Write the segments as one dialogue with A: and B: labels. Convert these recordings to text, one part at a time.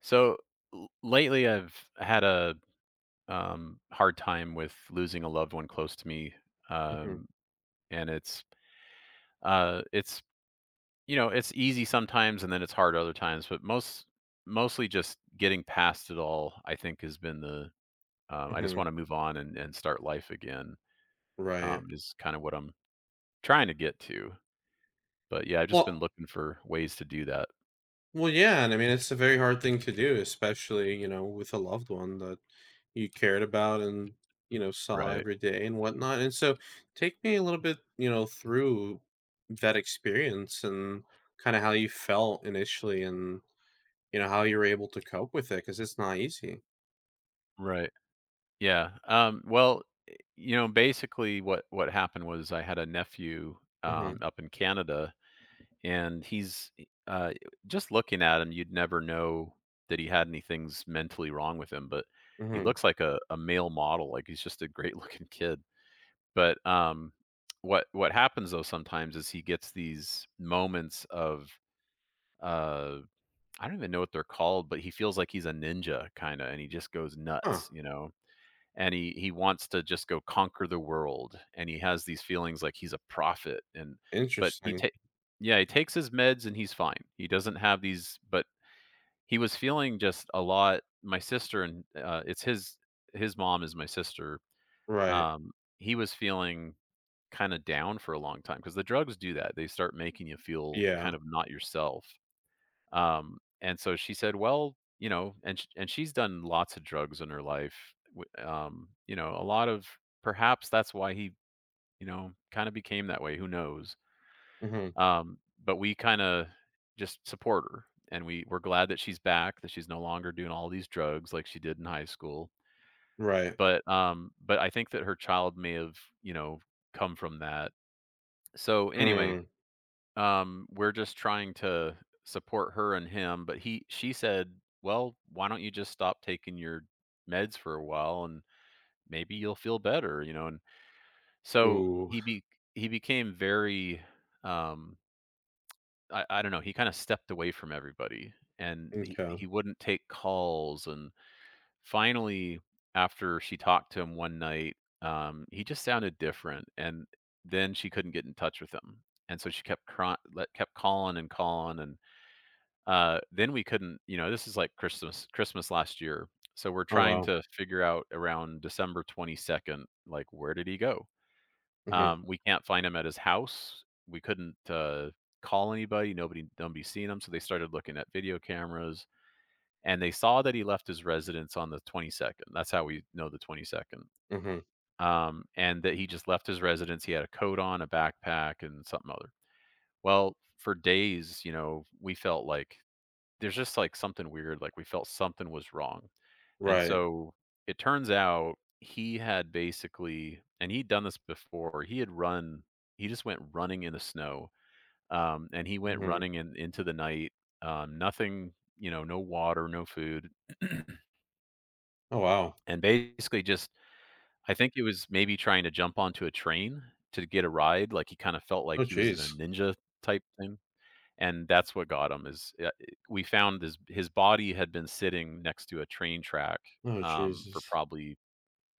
A: So lately, I've had a hard time with losing a loved one close to me,
B: Mhm,
A: um, and it's it's easy sometimes, and then it's hard other times. But mostly just getting past it all, I think, has been the I just
B: mhm,
A: want to move on and start life again
B: right.
A: is kind of what I'm trying to get to. But yeah, I've just been
B: Well
A: looking for ways to do that.
B: well, yeah, and I mean, it's a very hard thing to do, especially, with a loved one that you cared about and, saw
A: Right.
B: every day and whatnot. And so take me a little bit, through that experience and kind of how you felt initially and, how you were able to cope with it because it's not easy.
A: Right. Yeah. Well, basically what happened was I had a nephew
B: Hmm.
A: up in Canada, and just looking at him, you'd never know that he had anything's mentally wrong with him, but he
B: Hmm.
A: looks like a male model, like he's just a great looking kid. But what happens though sometimes is he gets these moments of uh, I don't even know what they're called, but he feels like he's a ninja kind of, and he just goes
B: Huh.
A: nuts. And he wants to just go conquer the world, and he has these feelings like he's a prophet, and but
B: Interesting.
A: yeah, he takes his meds, and he's fine. He doesn't have these. But he was feeling just a lot. My sister and it's his mom is my sister.
B: Right.
A: um he was feeling kind of down for a long time, because the drugs do that. They start making you feel
B: Yeah.
A: kind of not yourself, and so she said, "Well, you know," and and she's done lots of drugs in her life. A lot of perhaps that's why he, kind of became that way. Who knows?
B: Hmm.
A: But we kind of just support her, and we're glad that she's back, that she's no longer doing all these drugs like she did in high school.
B: Right.
A: But I think that her child may have, come from that. So anyway,
B: Mm.
A: We're just trying to support her and him. But he she said, "Well, why don't you just stop taking your meds for a while and maybe you'll feel better," and so
B: Ooh.
A: he became very um I don't know, he kind of stepped away from everybody, and he,
B: Okay.
A: he wouldn't take calls. And finally, after she talked to him one night, he just sounded different, and then she couldn't get in touch with him. And so she kept kept calling and calling. And then we couldn't, this is like Christmas, Christmas last year. So we're
B: Oh,
A: trying
B: wow.
A: to figure out around December 22nd, like, where did he go?
B: Hmm.
A: We can't find him at his house. We couldn't call anybody. Nobody seen him. So they started looking at video cameras, and they saw that he left his residence on the 22nd. That's how we know the 22nd.
B: Hmm.
A: And that he just left his residence. He had a coat on, a backpack, and something other. Well, for days, we felt like there's just, like, something weird, like, we felt something was wrong. And
B: Right.
A: so it turns out he had basically and he'd done this before, he just went running in the snow. And he went
B: Mhm.
A: running in into the night. Nothing, no water, no food.
B: Oh, wow.
A: And basically, just I think he was maybe trying to jump onto a train to get a ride, like, he kinda felt like
B: Oh,
A: he was in a
B: jeez.
A: ninja type thing. And that's what got him. We found his body had been sitting next to a train track,
B: Oh,
A: for
B: Jesus.
A: probably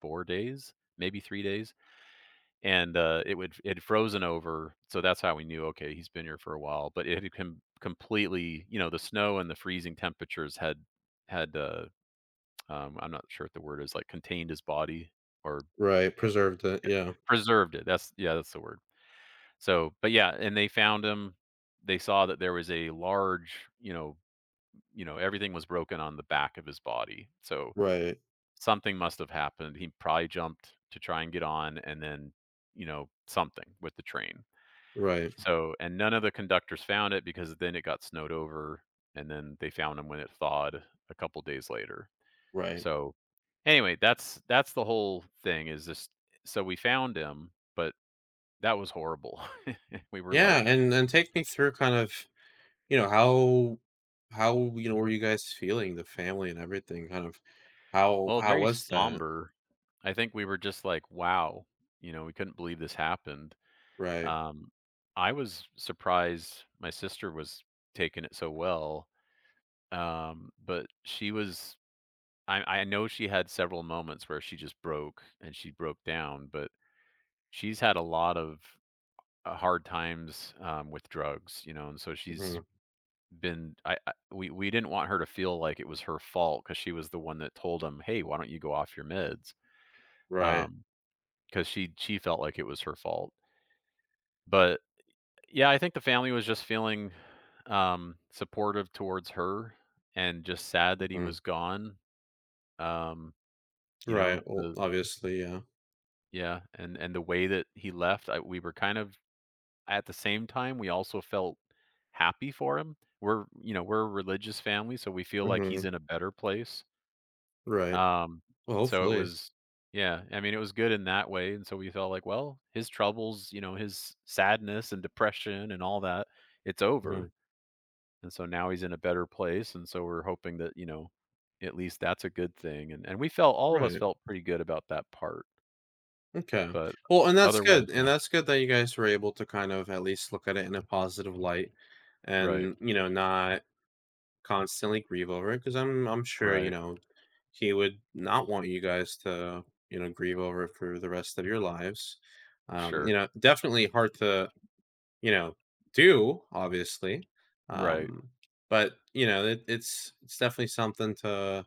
A: 4 days, maybe 3 days. And it had frozen over. So that's how we knew, "Okay, he's been here for a while." But it had completely the snow and the freezing temperatures had I'm not sure what the word is, like, contained his body, or
B: Right,
A: h
B: preserved it, yeah.
A: preserved it. That's yeah, that's the word. So, but yeah, and they found him. They saw that there was a large, you know, everything was broken on the back of his body. So
B: Right,
A: something must have happened. He probably jumped to try and get on, and then, something with the train.
B: right,
A: So, and none of the conductors found it because then it got snowed over, and then they found him when it thawed a couple days later.
B: right.
A: So anyway, that's the whole thing is this, so we found him. But that was horrible. we were
B: Yeah,
A: like,
B: and take me through kind of, how were you guys feeling, the family and everything, kind of how
A: well,
B: how
A: very
B: was that?
A: somber. I think we were just like, wow, we couldn't believe this happened.
B: Right.
A: Um, I was surprised my sister was taking it so well. But she was I know she had several moments where she just broke and she broke down. But she's had a lot of, hard times, with drugs, and so she's
B: Mhm.
A: been I we didn't want her to feel like it was her fault, because she was the one that told him, "Hey, why don't you go off your meds?"
B: Right.
A: Um, because she felt like it was her fault. But yeah, I think the family was just feeling, supportive towards her, and just sad that he
B: Mhm.
A: was gone. Um, you know,
B: Right. Well,
A: the
B: obviously, yeah.
A: yeah, and the way that he left, I, we were kind of at the same time, we also felt happy for him. We're a religious family, so we feel like he's
B: Mhm.
A: in a better place.
B: Right.
A: Um,
B: Well,
A: so it
B: hopefully.
A: was yeah, I mean, it was good in that way. And so we felt like, well, his troubles, his sadness and depression and all that, it's over.
B: Mhm.
A: And so now he's in a better place. And so we're hoping that, at least that's a good thing. And and we felt all of us
B: Right.
A: felt pretty good about that part.
B: Okay.
A: But
B: Well, and that's
A: otherwise,
B: good. And
A: yeah.
B: that's good that you guys were able to kind of at least look at it in a positive light
A: Right,
B: and, not constantly grieve over it because I'm sure,
A: right,
B: he would not want you guys to, grieve over it for the rest of your lives.
A: sure,
B: Definitely hard to, you know, do, obviously.
A: right,
B: Um, but, it's definitely something to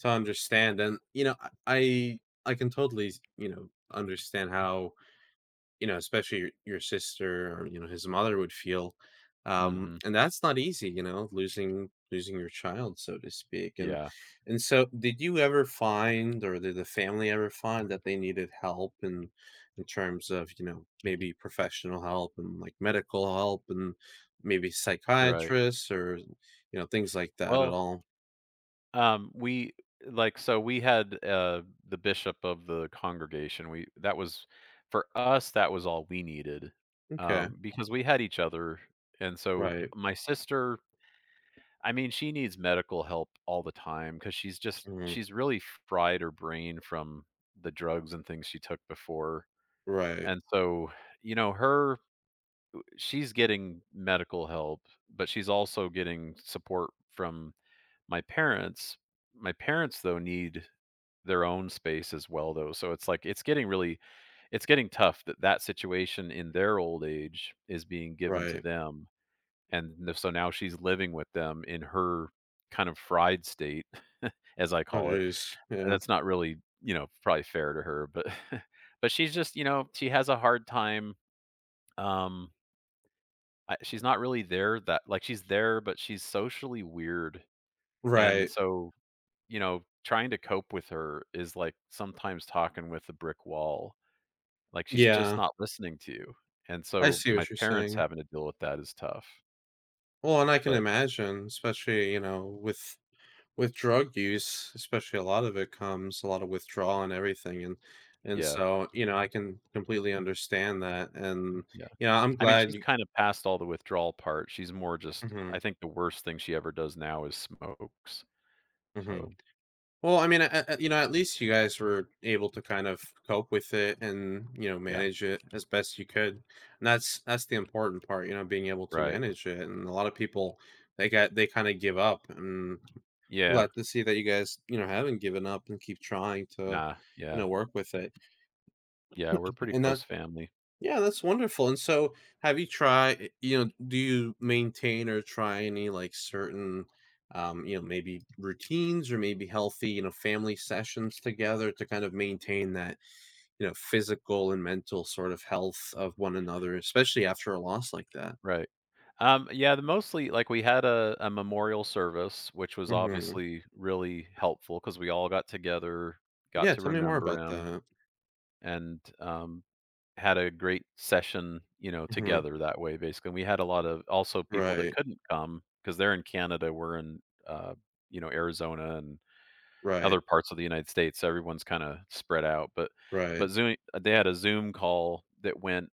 B: to understand and, I can totally, understand how especially your sister or his mother would feel,
A: mhm,
B: and that's not easy, losing your child, so to speak. And
A: yeah,
B: and so, did you ever find, or did the family ever find that they needed help in terms of maybe professional help and like medical help and maybe
A: right.
B: psychiatrists or things like that at
A: Well,
B: all?
A: we like, so we had, the bishop of the congregation. We That was for us, that was all we needed.
B: Okay,
A: Because we had each other. And so
B: right,
A: my sister I mean, she needs medical help all the time, because she's just
B: mhm,
A: she's really fried her brain from the drugs and things she took before.
B: right,
A: And so, you know, her she's getting medical help, but she's also getting support from my parents. My parents, though, need their own space as well, though. So it's like it's getting tough, that that situation in their old age is being given to
B: right.
A: them. And so now she's living with them in her kind of fried state, as I
B: Oh,
A: call it.
B: jeez,
A: And
B: yeah,
A: that's not really, probably fair to her, but but she's just, she has a hard time. Um, she's not really there. That, like, she's there, but she's socially weird, and
B: right,
A: so trying to cope with her is like sometimes talking with a brick wall. Like, she's just
B: yeah.
A: not listening to you. And
B: I
A: so
B: see
A: my
B: what you're
A: parents
B: saying.
A: having to deal with that is tough.
B: Well, and I can
A: But
B: imagine, especially, with drug use, especially a lot of it comes a lot of withdrawal and everything and
A: yeah,
B: so, I can completely understand that and
A: yeah.
B: I'm
A: I mean,
B: glad
A: she's
B: you.
A: kind of past all the withdrawal part. She's more just
B: Mhm,
A: I think, the worst thing she ever does now is smokes.
B: mhm.
A: So,
B: Well, I mean, at least you guys were able to kind of cope with it and,
A: yeah,
B: manage it as best you could. And that's the important part, being able to
A: right.
B: manage it. And a lot of people, they kind of give up and
A: Yeah.
B: glad to see that you guys, haven't given up and keep trying to,
A: Nah, yeah.
B: work with it.
A: Yeah, we're a pretty
B: And that,
A: close family.
B: yeah, that's wonderful. And so, have you tried, do you maintain or try any like certain, maybe routines or maybe healthy, family sessions together to kind of maintain that, physical and mental sort of health of one another, especially after a loss like that?
A: Right. Yeah, the mostly, like, we had a memorial service, which was
B: Hmm.
A: obviously really helpful because we all got together, got
B: Yeah,
A: to
B: tell me more
A: remember
B: about
A: him,
B: that.
A: and, had a great session,
B: Hmm.
A: together that way, basically. And we had a lot of also people that
B: Right,
A: couldn't come, because 'cause they're in Canada. We're in, Arizona and
B: right,
A: other parts of the United States, so everyone's kinda spread out. but but
B: right.
A: Zoom they had a Zoom call that went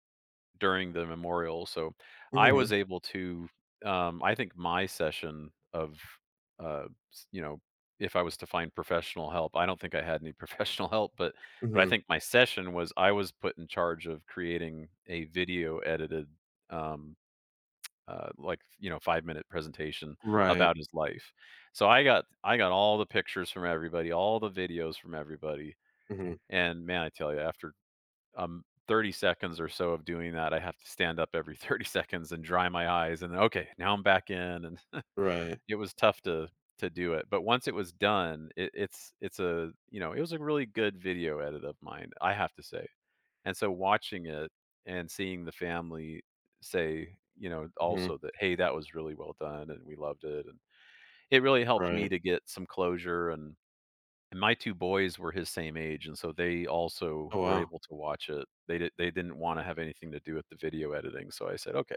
A: during the memorial. So I was
B: Hmm.
A: able to, I think my session of, uh, you know, if I was to find professional help, I don't think I had any professional help. But I
B: Hmm.
A: think my session was I was put in charge of creating a video edited, um, like, 5-minute presentation
B: Right.
A: about his life. So I got all the pictures from everybody, all the videos from everybody.
B: Mhm.
A: And man, I tell you, after 30 seconds or so of doing that, I have to stand up every 30 seconds and dry my eyes, and then, okay, now I'm back in, and
B: Right.
A: it was tough to do it. But once it was done, it, it's a, you know, it was a really good video edit of mine, I have to say. And so watching it and seeing the family say,
B: Mhm.
A: also that, hey, that was really well done and we loved it. And it really helped me
B: Right.
A: to get some closure, and my 2 boys were his same age. And so they also
B: Oh,
A: were
B: wow.
A: able to watch it. They didn't wanna have anything to do with the video editing, so I said, "Okay."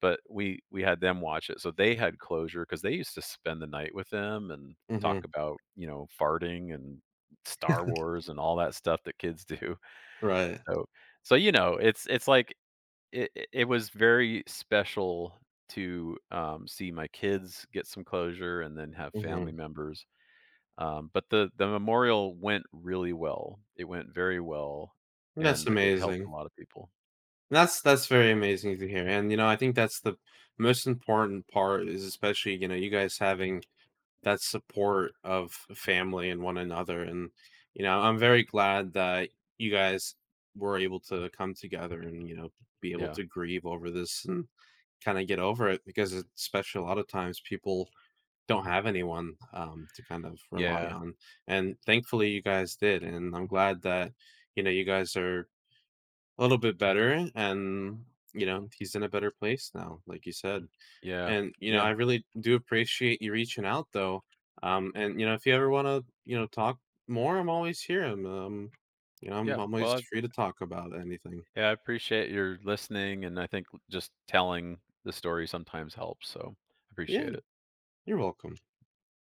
A: But we had them watch it, so they had closure, because they used to spend the night with him and talk
B: Mhm.
A: about, farting and Star Wars and all that stuff that kids do.
B: Right.
A: So so it's like it was very special to, see my kids get some closure and then have family
B: Mhm.
A: members. But the memorial went really well. It went very well,
B: That's
A: and it helped a
B: amazing.
A: lot of people.
B: That's very amazing to hear, and, I think that's the most important part is especially, you guys having that support of family and one another, and, I'm very glad that you guys were able to come together and, be able
A: Yeah.
B: to grieve over this and kinda get over it because, especially a lot of times, people don't have anyone, to kind of rely
A: Yeah.
B: on, and thankfully you guys did, and I'm glad that, you guys are a little bit better and, he's in a better place now, like you said,
A: Yeah.
B: and, I
A: Yeah.
B: really do appreciate you reaching out though, and, if you ever wanna, talk more, I'm always here, I'm
A: Yeah. Well,
B: always
A: I
B: free to talk about anything.
A: yeah, I appreciate your listening. And I think just telling the story sometimes helps, so I
B: Yeah,
A: appreciate it.
B: you're welcome.